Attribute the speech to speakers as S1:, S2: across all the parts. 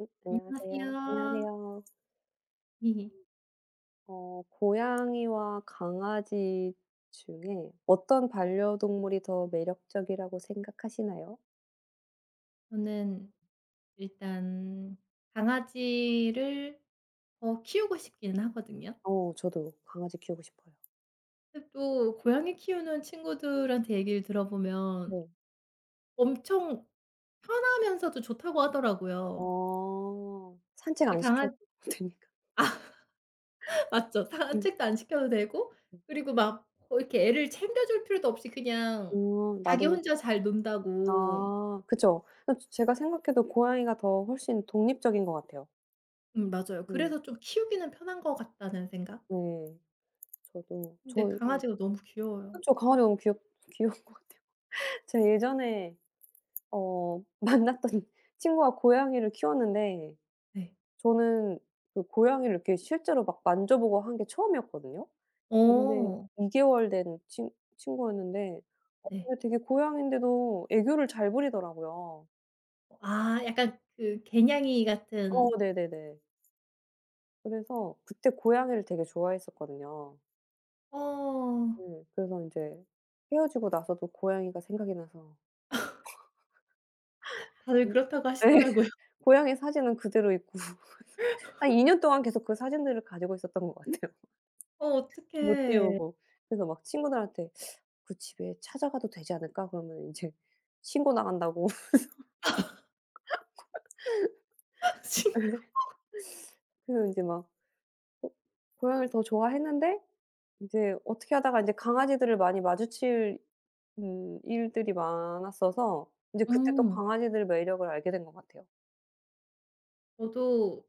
S1: 안녕하세요.
S2: 안녕하세요.
S1: 안녕하세요. 고양이와 강아지 중에 어떤 반려동물이 더 매력적이라고 생각하시나요?
S2: 저는 일단 강아지를 더 키우고 싶기는 하거든요.
S1: 저도 강아지 키우고 싶어요.
S2: 근데 또 고양이 키우는 친구들한테 얘기를 들어보면
S1: 네.
S2: 엄청 편하면서도 좋다고 하더라고요.
S1: 어 산책 안 아.
S2: 근데 강아
S1: 시켜도 되니까.
S2: 맞죠.
S1: 네
S2: 산책도 안 시켜도 되고
S1: 네.
S2: 그리고 막 어 이렇게 애를 챙겨줄 필요도 없이 그냥 자기
S1: 놔두면
S2: 혼자 잘 논다고.
S1: 아 그쵸. 제가 생각해도 고양이가 더 훨씬 독립적인 것 같아요.
S2: 맞아요.
S1: 네.
S2: 그래서 좀 키우기는 편한 것 같다는 생각?
S1: 네. 저도
S2: 근데 강아지가 너무 귀여워요.
S1: 그쵸. 강아지 너무 귀엽 귀여운 것 같아요. 제가 예전에 만났던 친구가 고양이를 키웠는데
S2: 네.
S1: 저는 그 고양이를 이렇게 실제로 막 만져보고 한 게 처음이었거든요. 근데
S2: 어
S1: 2 개월 된 친 친구였는데
S2: 네.
S1: 근데 되게 고양인데도 애교를 잘 부리더라고요.
S2: 아 약간 그 개냥이
S1: 어
S2: 같은
S1: 네네네. 그래서 그때 고양이를 되게 좋아했었거든요.
S2: 어
S1: 네. 그래서 이제 헤어지고 나서도 고양이가 생각이 나서
S2: 다들
S1: 음
S2: 그렇다고
S1: 네,
S2: 하시더라고요.
S1: 고양이 사진은 그대로 있고 한 2년 동안 계속 그 사진들을 가지고 있었던 것 같아요.
S2: 어
S1: 못
S2: 어떡해.
S1: 지우고. 그래서 막 친구들한테 "그 집에 찾아가도 되지 않을까?" 그러면 인제 신고 나간다고.
S2: 진
S1: 그래서 인제 막 어 고양이를 더 좋아했는데 인제 어떻게 하다가 인제 강아지들을 많이 마주칠 일들이 많았어서 인제 그때 또
S2: 음.
S1: 강아지들 매력을 알게 된 것 같아요.
S2: 저도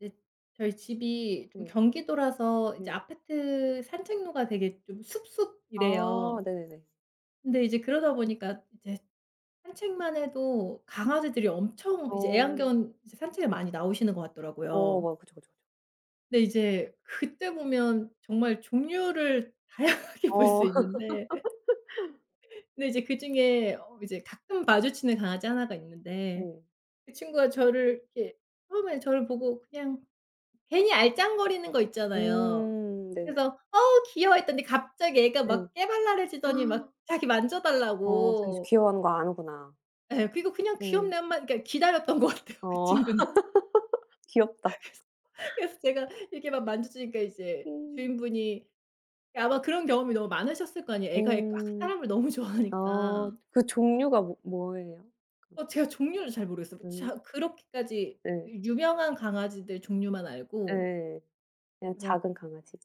S2: 이제 저희 집이 좀
S1: 네.
S2: 경기도라서 이제
S1: 네.
S2: 아파트 산책로가 되게 좀
S1: 아
S2: 숲숲이래요.
S1: 네네네.
S2: 근데 이제 그러다 보니까 이제 산책만 해도 강아지들이 엄청 이제
S1: 어.
S2: 애완견 이제 산책에 많이 나오시는 것
S1: 어
S2: 같더라고요.
S1: 맞아. 그쵸, 그쵸, 그쵸.
S2: 근데 이제 그때 보면 정말 종류를 다양하게 볼
S1: 어.
S2: 수 있는데 근데 이제 그중에 어 이제 가끔 마주치는 강아지 하나가 있는데
S1: 네.
S2: 그 친구가 저를 이렇게 처음에 저를 보고 그냥 괜히 알짱거리는 거 있잖아요.
S1: 네.
S2: 그래서 "어우 귀여워." 했더니 갑자기 애가
S1: 네.
S2: 막 깨발랄해지더니 막 자기 만져
S1: 어 자기
S2: 달라고
S1: 귀여워하는 거 아는구나.
S2: 예 그리고 그냥
S1: 네.
S2: "귀엽네." 한마 그러니까 기다렸던 것 같아요, 그
S1: 어
S2: 친구는.
S1: 귀엽다.
S2: 그래서 제가 이렇게 막 만져 주니까 이제
S1: 음.
S2: 주인분이 아마 그런 경험이 너무 많으셨을 거 아니에요. 애가 아
S1: 음.
S2: 사람을 너무
S1: 아
S2: 좋아하니까.
S1: 그 종류가 뭐예요? 그
S2: 어 제가 종류를 잘 모르겠어요. 뭐
S1: 음
S2: 자 그렇게까지
S1: 네.
S2: 그 유명한 강아지들 종류만 알고
S1: 예. 그냥
S2: 막
S1: 작은 강아지.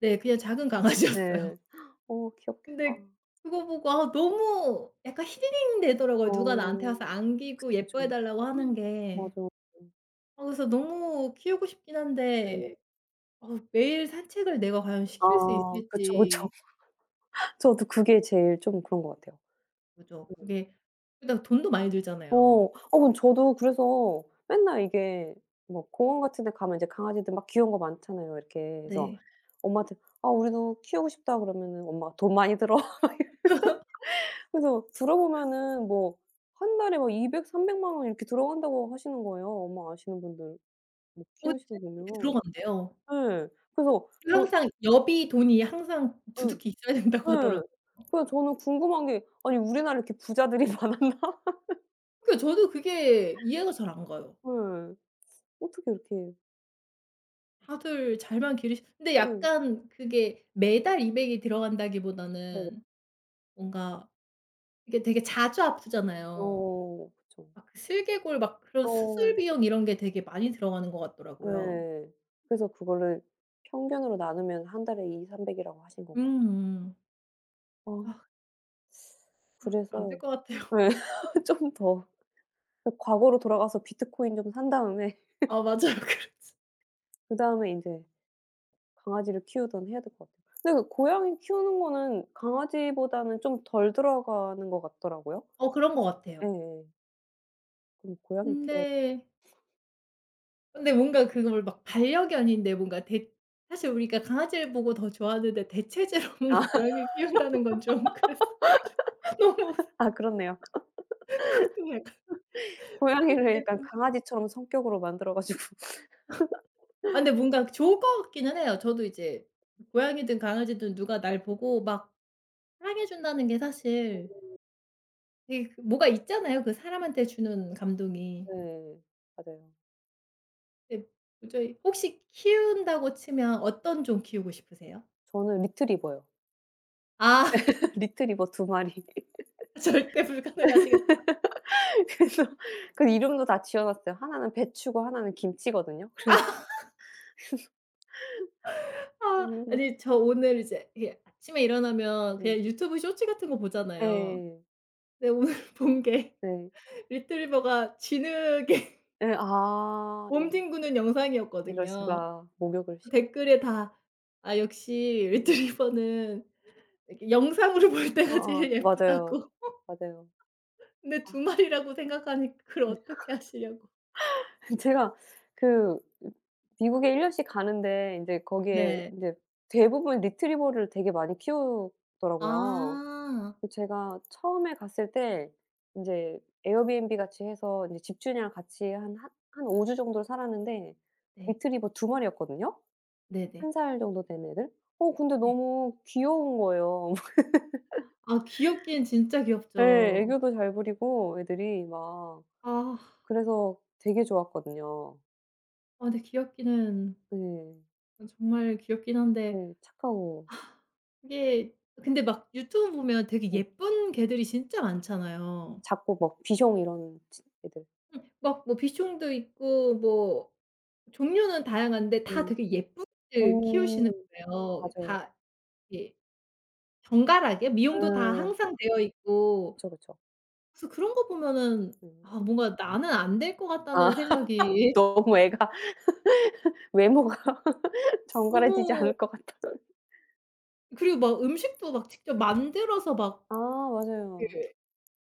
S2: 네 그냥 작은 강아지였어요.
S1: 네. 어 귀엽겠다.
S2: 근데 그거 보고 아 너무 약간 힐링 되더라고요. 누가 나한테
S1: 어.
S2: 와서 안기고
S1: 그쵸,
S2: 예뻐해
S1: 그쵸.
S2: 달라고 하는 게.
S1: 맞아.
S2: 어 그래서 너무 키우고 싶긴
S1: 예.
S2: 한데 어 매일 산책을 내가 과연
S1: 아
S2: 시킬 수
S1: 그쵸, 그쵸.
S2: 있을지
S1: 저도 그게 제일 좀 그런 것 같아요.
S2: 그죠.
S1: 네.
S2: 그게 일단 돈도 많이
S1: 어.
S2: 들잖아요.
S1: 근데 저도 그래서 맨날 이게 뭐 공원 같은 데 가면 이제 강아지들 막 귀여운 거 많잖아요, 이렇게. 그래서
S2: 네.
S1: 엄마한테 "아 우리도 키우고 싶다." 그러면은 엄마가 "돈 많이 들어." 그래서 들어보면은 뭐 한 달에 막 200-300만 원 이렇게 들어간다고 하시는 거예요. 엄마 아시는 분들 뭐
S2: 어 진짜
S1: 키우시는 거
S2: 그렇게
S1: 보면.
S2: 들어간대요.
S1: 예. 그래서
S2: 그리고
S1: 저
S2: 항상 여비 돈이 항상
S1: 예.
S2: 두둑히 있어야 된다고
S1: 예.
S2: 하더라고요.
S1: 그래서 저는 궁금한 게 '아니 우리나라에 이렇게 부자들이 많았나?'
S2: 그러니까 저도 그게 이해가 잘 안 가요.
S1: 예. 어떻게 이렇게
S2: 다들 잘만 기르시 근데
S1: 예.
S2: 약간 그게 매달 200이
S1: 네네.
S2: 들어간다기보다는 뭔가 이게 되게 자주 아프잖아요.
S1: 어 그쵸.
S2: 막 그 슬개골 막 그런 수술
S1: 어
S2: 비용 이런 게 되게 많이 들어가는 것 같더라고요.
S1: 예. 그래서 그거를 평균으로 나누면 한 달에 200-300 이라고 하신 건가?
S2: 음음.
S1: 아.
S2: 아 아 안 될
S1: 그래서
S2: 것 같아요.
S1: 예. 좀더 그 과거로 돌아가서 비트코인 좀 산 다음에
S2: 아 맞아요. 그렇지.
S1: 그다음에 이제 강아지를 키우든 해야 될 것 같아요. 근데 그 고양이 키우는 거는 강아지보다는 좀 덜 들어가는 것 같더라고요.
S2: 어 그런 것 같아요.
S1: 예예. 그럼 고양이 키워야
S2: 근데 근데 뭔가 그걸 막 반려견인데 뭔가 대 사실 우리가 강아지를 보고 더 좋아하는데 대체제로 뭔가
S1: 아
S2: 고양이를 키운다는 건 좀 그래서 너무
S1: 아 그렇네요.
S2: 그것도 약간
S1: 고양이를
S2: 이렇게
S1: 약간
S2: 좀
S1: 강아지처럼 성격으로 만들어 가지고
S2: 아 근데 뭔가 좋을 것 같기는 해요. 저도 이제 고양이든 강아지든 누가 날 보고 막 사랑해 준다는 게 사실 되게 그 뭐가 있잖아요, 그 사람한테 주는 감동이.
S1: 네. 맞아요.
S2: 근데 도저히 혹시 키운다고 치면 어떤 종 키우고 싶으세요?
S1: 저는 리트리버요.
S2: 아
S1: 리트리버 2마리.
S2: 절대 불가능하시겠
S1: 그래서 그 이름도 다 지어 놨어요. 하나는 배추고 하나는 김치거든요.
S2: 아
S1: 이름을
S2: 아니 저 오늘 이제
S1: 네.
S2: 이게 아침에 일어나면
S1: 네.
S2: 그냥 유튜브 쇼츠 같은 거 보잖아요. 근데 오늘 본 게
S1: 네.
S2: 리트리버가 진흙에
S1: 네. 아.
S2: 몸 뒹구는
S1: 이럴
S2: 영상이었거든요.
S1: 수가. 목욕을 시키
S2: 댓글에 다 "아 역시
S1: 음.
S2: 리트리버는 이렇게 영상으로 볼 때가
S1: 어어.
S2: 제일
S1: 맞아요.
S2: 예쁘다."고.
S1: 맞아요.
S2: 근데 두 마리라고 생각하니 그걸 어떻게 하시려고.
S1: 제가 그 미국에 1 년씩 가는데 인제 거기에
S2: 네.
S1: 인제 대부분 리트리버를 되게 많이 키우더라고요.
S2: 아.
S1: 그 제가 처음에 갔을 때 인제 에어비앤비 같이 해서 인제 집주인이랑 같이 한 5 주 정도를 살았는데
S2: 네.
S1: 리트리버 두 마리였거든요.
S2: 네네.
S1: 1살 정도 된 애들. 어 근데
S2: 네.
S1: 너무 귀여운 거예요.
S2: 아 귀엽긴 진짜
S1: 예.
S2: 귀엽죠.
S1: 애교도 잘 부리고 애들이 막
S2: 아.
S1: 그래서 되게 좋았거든요.
S2: 아 근데 귀엽기는
S1: 네.
S2: 어 정말 귀엽긴 한데
S1: 네. 착하고
S2: 그게 근데 막 유튜브 보면 되게
S1: 네
S2: 예쁜 개들이 진짜 많잖아요.
S1: 작고 막 비숑 이런 치 애들.
S2: 막 뭐 비숑도 있고 뭐 종류는 다양한데 다
S1: 음.
S2: 되게 예쁜 개를
S1: 음
S2: 키우시는 거예요.
S1: 맞아요.
S2: 다 이게 정갈하게 미용도 다
S1: 음.
S2: 항상 되어 있고
S1: 그쵸, 그쵸.
S2: 그래서 그런 거 보면은
S1: 음.
S2: 아 뭔가 '나는 안 될 것
S1: 아
S2: 같다.'는 생각이
S1: 너무 애가 외모가 정갈해지지
S2: 너무
S1: 않을 것 같아서.
S2: 그리고 막 음식도 막 직접 만들어서 막
S1: 아
S2: 그
S1: 맞아요.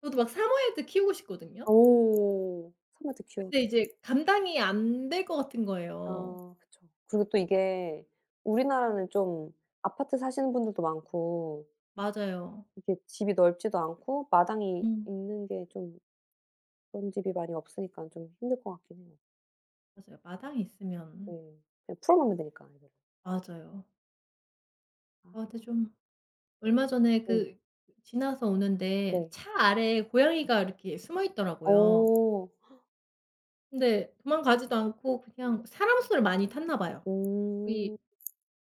S2: 저도 막 사모예드 키우고 싶거든요.
S1: 오. 사람한테 귀여운데.
S2: 근데 이제 감당이 안 될 것 같은 거예요.
S1: 아 그쵸. 그리고 또 이게 우리나라는 좀 아파트 사시는 분들도 많고
S2: 맞아요.
S1: 이게 집이 넓지도 않고 마당이
S2: 음
S1: 있는 게좀 그런 집이 많이 없으니까 좀 힘들 것 같긴 해요.
S2: 맞아요. 마당이
S1: 네.
S2: 있으면
S1: 그냥 풀어 놓으면 되니까 아이들을.
S2: 맞아요. 아
S1: 아.
S2: 근데 좀 얼마 전에
S1: 네.
S2: 그 지나서 오는데
S1: 네.
S2: 차 아래에 고양이가 이렇게 숨어 있더라고요.
S1: 어.
S2: 근데 도망가지도 않고 그냥 사람 손을 많이 탔나 봐요. 이
S1: 음.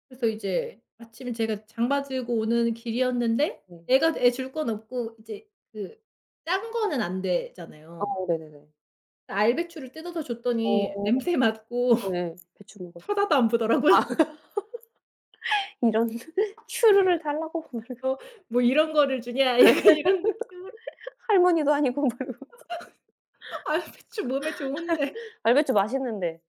S2: 그래서 이제 마침 제가 장봐 들고 오는 길이었는데
S1: 네.
S2: 애가 애 줄 건 없고 이제 그 짠 거는 안 되잖아요.
S1: 어 네네네.
S2: 알배추를 뜯어서 줬더니
S1: 어
S2: 냄새 맡고
S1: 네. 배추 먹었어
S2: 쳐다도 안 보더라고요.
S1: 아 이런 추루를 달라고 막
S2: 어 "뭐 이런 거를 주냐?" 약간 이런 느낌으로.
S1: 할머니도 아니고 막
S2: 아 배추 몸에 좋은데.
S1: 알배추 맛있는데.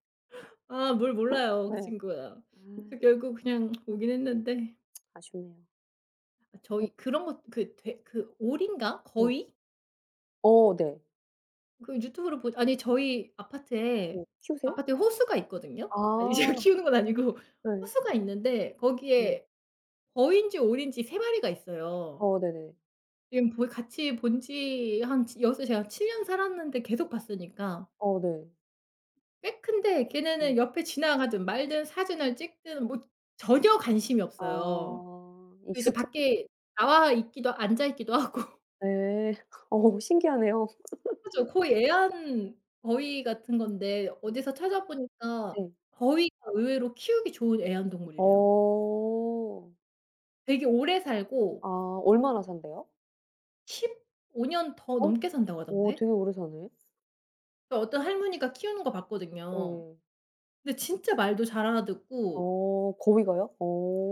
S2: 아 뭘 몰라요 그
S1: 네.
S2: 친구가.
S1: 아
S2: 그래서 결국 그냥 오긴 했는데
S1: 아쉽네요.
S2: 아
S1: 네
S2: 저희 그런 것 그 되 그 오리인가
S1: 네.
S2: 거위?
S1: 어 네.
S2: 그 유튜브로 보 아니 저희
S1: 네.
S2: 아파트에
S1: 키우세요?
S2: 아파트에 호수가 있거든요. 아니 제가
S1: 아
S2: 키우는 건 아니고
S1: 네.
S2: 호수가 있는데
S1: 네.
S2: 거기에 거위인지 오리인지 세 마리가 있어요.
S1: 어 네네.
S2: 지금 보 같이 본지 한 지 여기서 제가 7년 살았는데 계속 봤으니까
S1: 어 네.
S2: 꽤 큰데
S1: 네.
S2: 걔네는 옆에 지나가든 말든 사진을 찍든 뭐 전혀 관심이
S1: 아
S2: 없어요. 그 이제
S1: 익숙해
S2: 밖에 나와 있기도 앉아 있기도 하고
S1: 네. 어 신기하네요.
S2: 그죠. 거의 애완 거위 같은 건데 어디서 찾아보니까
S1: 네.
S2: 거위가 의외로 키우기 좋은 애완동물이래요.
S1: 어.
S2: 되게 오래 살고
S1: 아 얼마나 산대요?
S2: 15년 더
S1: 어?
S2: 넘게 산다고
S1: 어
S2: 하던데.
S1: 되게 오래 사네.
S2: 그 어떤 할머니가 키우는 거 봤거든요.
S1: 예.
S2: 근데 진짜 말도 잘 알아듣고
S1: 어 거기가요?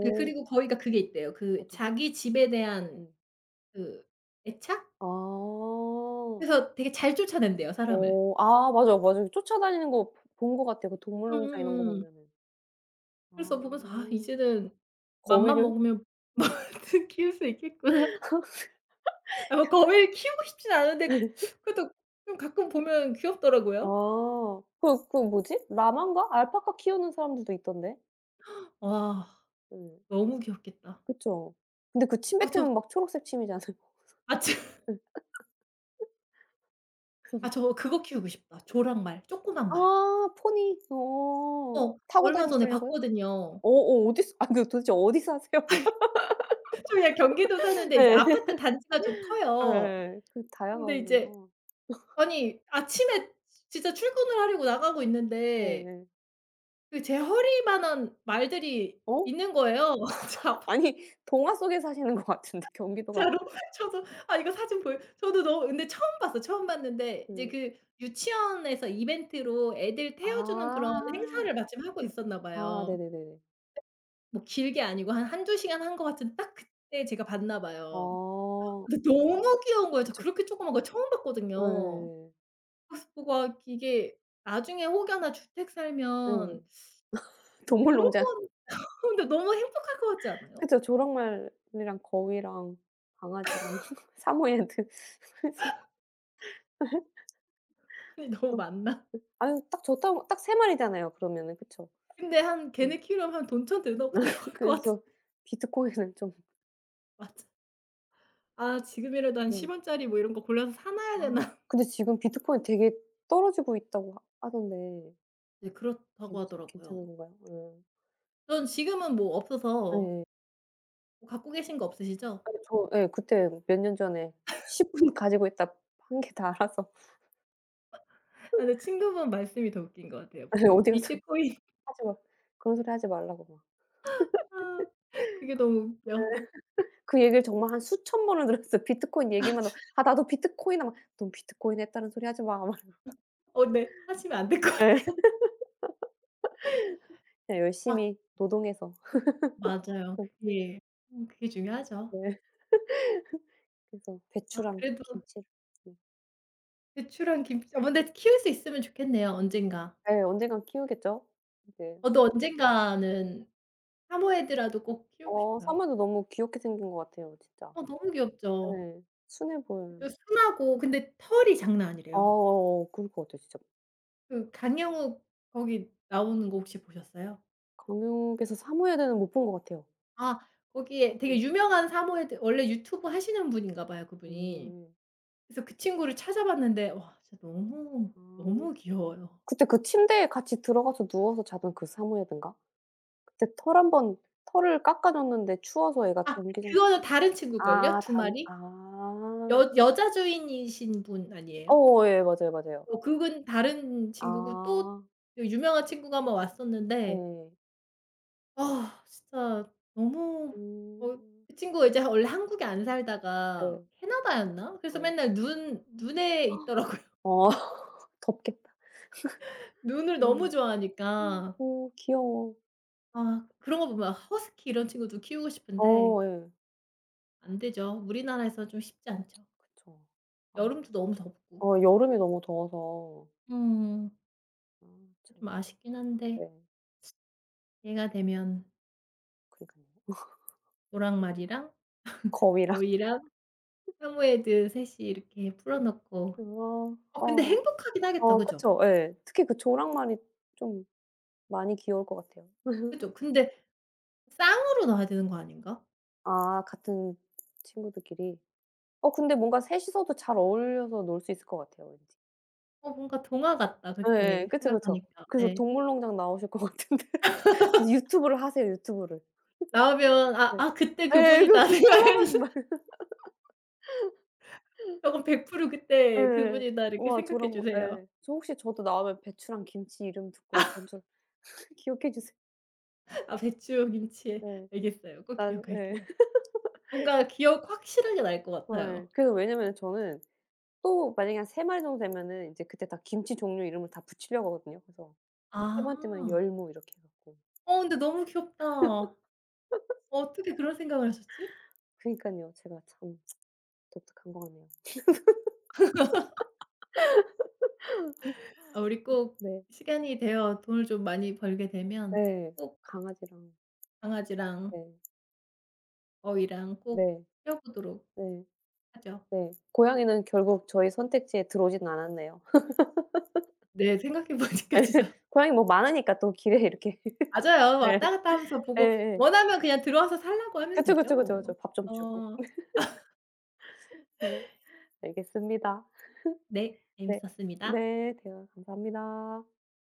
S2: 네 그리고 거위가 그게 있대요. 그
S1: 저도
S2: 자기 집에 대한
S1: 예.
S2: 그 애착?
S1: 아.
S2: 그래서 되게 잘 쫓아낸대요, 사람을.
S1: 어. 아 맞아요, 맞아요. 쫓아다니는 거 본 것 같아요. 그 동물농장 이런 거
S2: 음음음.
S1: 보면은. 아.
S2: 그래서 보면서 '아 이제는 맘만
S1: 거위를?
S2: 먹으면 뭐든 키울 수 있겠구나.' 아 뭐 거미를 키우고 싶진 않은데 그래도 좀 가끔 보면 귀엽더라고요.
S1: 아. 그 그 뭐지? 라만가 알파카 키우는 사람들도 있던데.
S2: 와
S1: 예.
S2: 너무 귀엽겠다.
S1: 그쵸. 근데 그 침
S2: 아 저
S1: 뱉으면 막 초록색 침이잖아요.
S2: 아 저
S1: 예.
S2: 아 저 그거 키우고 싶다. 조랑말, 조그만 말.
S1: 아 포니. 어.
S2: 어
S1: 타고
S2: 얼마 전에
S1: 다니시려고요?
S2: 봤거든요.
S1: 어 어 어디서 아 그 도대체 어디 사세요?
S2: 저 그냥 경기도 사는데 이제
S1: 네.
S2: 아파트 단지가 좀 커요.
S1: 예. 그
S2: 근데 이제
S1: 다양하구나.
S2: 아니 아침에 진짜 출근을 하려고 나가고 있는데
S1: 네네.
S2: 그 제 허리만한 말들이
S1: 어?
S2: 있는 거예요.
S1: 아니 동화 속에 사시는 것 같은데 경기도가
S2: 자판자로 저도 아 이거 사진 보여 저도 너무 근데 처음 봤어요. 처음 봤는데 이제
S1: 그
S2: 그 유치원에서 이벤트로 애들
S1: 아.
S2: 태워주는 그런 행사를 마침 하고 있었나
S1: 아
S2: 봐요.
S1: 네네네네.
S2: 뭐 길게 아니고 한 한두 시간 한 것 같은데 딱 그때 제가 봤나 봐요.
S1: 어.
S2: 근데 너무 귀여운 거예요. 저
S1: 그쵸, 그쵸.
S2: 그렇게 조그만 거 처음 봤거든요.
S1: 예.
S2: 그래서 보고 아 이게 나중에 혹여나 주택
S1: 예.
S2: 살면 요런
S1: 동물농장.
S2: 건 근데 너무 행복할 것 같지 않아요?
S1: 그쵸. 조랑말이랑 거위랑 강아지랑 사모예드. 그래서
S2: 아니 너무
S1: 너무
S2: 많나?
S1: 아유 딱 좋다고 딱 세 마리잖아요 그러면은. 그쵸?
S2: 근데 한
S1: 음.
S2: 걔네 키우려면 한 돈천 들어 들어갈 것 같은
S1: 그래서 비트코인은 좀
S2: 맞아. 아 지금이라도 한 10
S1: 네.
S2: 원짜리 뭐 이런 거 골라서 사
S1: 아
S2: 놔야 되나?
S1: 근데 지금 비트코인 되게 떨어지고 있다고 하 하던데
S2: 네 그렇다고
S1: 괜찮은
S2: 하더라고요.
S1: 건가요? 음.
S2: 전 지금은 뭐 없어서
S1: 예.
S2: 뭐 갖고 계신 거 없으시죠?
S1: 아니 저 예 그때 몇 년 전에 10분 가지고 있다 한 게 다 알아서
S2: 아 근데 친구분 말씀이 더 웃긴 것 같아요.
S1: 예
S2: 그
S1: 어디 가서
S2: 비트코인
S1: 하지 마 그런 소리 하지 말라고 막.
S2: 아 그게 너무 웃겨.
S1: 그 얘기를 정말 한 수천 번을 들었어요. 비트코인 얘기만 하면 "아 나도 비트코인" 하면 "넌 비트코인 했다는 소리 하지 마." 막
S2: 어 네. 하시면 안 될 것
S1: 예.
S2: 같아요.
S1: 그냥
S2: 아
S1: 열심히 노동해서
S2: 맞아요.
S1: 좀
S2: 그게 그게 중요하죠.
S1: 네. 그래서
S2: 아
S1: 배추랑
S2: 그래도
S1: 김치를 네.
S2: 대출한 김치 아 근데 키울 수 있으면 좋겠네요 언젠가.
S1: 예 언젠간 키우겠죠. 네.
S2: 저도 언젠가는 사모예드라도 꼭 키우고
S1: 어
S2: 싶어요.
S1: 사마도 너무 귀엽게 생긴 것 같아요 진짜.
S2: 어 너무 귀엽죠.
S1: 예. 순해 보여요.
S2: 그 순하고 근데 털이 장난
S1: 아
S2: 아니래요.
S1: 어어어 그럴 것 같아요 진짜.
S2: 그 강영욱 거기 나오는 거 혹시 보셨어요?
S1: 강력에서 사무예대는 못 본 것 같아요.
S2: 아 거기에
S1: 음.
S2: 되게 유명한 사모예드 원래 유튜브 하시는 분인가 봐요 그분이.
S1: 음.
S2: 그래서 그 친구를 찾아봤는데 와 진짜 너무,
S1: 아.
S2: 너무 귀여워요.
S1: 그때 그 침대에 같이 들어가서 누워서 자던 그 사무예대인가? 그때 털 한번 털을 깎아 줬는데 추워서 애가
S2: 아
S1: 전기장
S2: 그거는 다른 친구일걸요
S1: 아
S2: 두
S1: 단
S2: 마리?
S1: 아.
S2: 여 여자 주인이신 분 아니에요?
S1: 어어 예 맞아요, 맞아요.
S2: 어 그건 다른 친구고 또
S1: 아
S2: 그 유명한 친구가 한번 왔었는데
S1: 예.
S2: 아 진짜 너무 어
S1: 음.
S2: 그 친구가 이제 원래 한국에 안 살다가
S1: 네.
S2: 캐나다였나? 그래서
S1: 어.
S2: 맨날 눈 눈에 있더라고요.
S1: 어 덥겠다.
S2: 눈을 너무 좋아하니까.
S1: 오 귀여워.
S2: 아 그런 거 보면 허스키 이런 친구도 키우고 싶은데
S1: 어 예.
S2: 안 되죠. 우리나라에서 좀 쉽지 않죠.
S1: 그쵸. 아
S2: 여름도 너무 덥고.
S1: 어 여름이 너무 더워서
S2: 음.
S1: 아 참.
S2: 좀 아쉽긴 한데
S1: 네.
S2: 얘가 되면
S1: 그니깐요.
S2: 노랑말이랑
S1: 거위랑
S2: 거위랑 사모예드 셋이 이렇게 풀어 놓고
S1: 어.
S2: 어 근데
S1: 어.
S2: 행복하긴 하겠다.
S1: 어
S2: 그죠?
S1: 그쵸. 예. 특히 그 조랑말이 좀 많이 귀여울 것 같아요.
S2: 그죠? 근데 쌍으로 넣어야 되는 거 아닌가?
S1: 아 같은 친구들끼리. 어 근데 뭔가 셋이서도 잘 어울려서 놀 수 있을 것 같아요 왠지.
S2: 어 뭔가 동화 같다
S1: 예예.
S2: 그렇게
S1: 그쵸, 그쵸.
S2: 생각하니까.
S1: 그래서
S2: 네.
S1: 동물농장 나오실 것 같은데. 그래서 유튜브를 하세요, 유튜브를.
S2: 나오면 '아
S1: 네.
S2: 아 그때
S1: 예. 그
S2: 그분이다.'
S1: 그 콜라보
S2: 생각하면서
S1: 말
S2: '저건 100% 그때
S1: 예.
S2: 그분이다.' 이렇게
S1: 와
S2: 생각해
S1: 저랑 거
S2: 주세요.
S1: 예. 저 혹시 저도 나오면 배추랑 김치 이름 듣고 먼저 기억해 주세요.
S2: 아 배추 김치
S1: 네.
S2: 알겠어요. 꼭
S1: 난 예.
S2: 기억할게요. 뭔가 기억 확실하게 날 것
S1: 예.
S2: 같아요.
S1: 그래서 왜냐면은 저는 또 만약에 한 3마리 정도 되면은 이제 그때 다 김치 종류 이름을 다 붙이려고 하거든요. 그래서
S2: 아.
S1: 세 번째만 열무 이렇게 해 갖고.
S2: 어 근데 너무 귀엽다. 어, 어떻게 그런 생각을 하셨지?
S1: 그니깐요. 제가 참 독특한 것 같네요.
S2: 아 우리 꼭
S1: 네.
S2: 시간이 되어 돈을 좀 많이 벌게 되면
S1: 네.
S2: 꼭
S1: 강아지랑
S2: 강아지랑
S1: 네.
S2: 어휘랑 꼭
S1: 네.
S2: 키워 보도록
S1: 네.
S2: 하죠.
S1: 네. 고양이는 결국 저희 선택지에 들어오진 않았네요.
S2: 네. 생각해 보니까
S1: 예.
S2: 진짜
S1: 고양이 뭐 많으니까 또 길에 이렇게.
S2: 맞아요.
S1: 네.
S2: 왔다 갔다 하면서 보고
S1: 예예.
S2: 원하면 그냥 들어와서 사려고 하면
S1: 그쵸,
S2: 되죠
S1: 그쵸, 그쵸, 그쵸.
S2: 뭐.
S1: 밥 좀 주고.
S2: 어
S1: 네. 알겠습니다.
S2: 네.
S1: 네.
S2: 재밌었습니다.
S1: 네. 대화 감사합니다.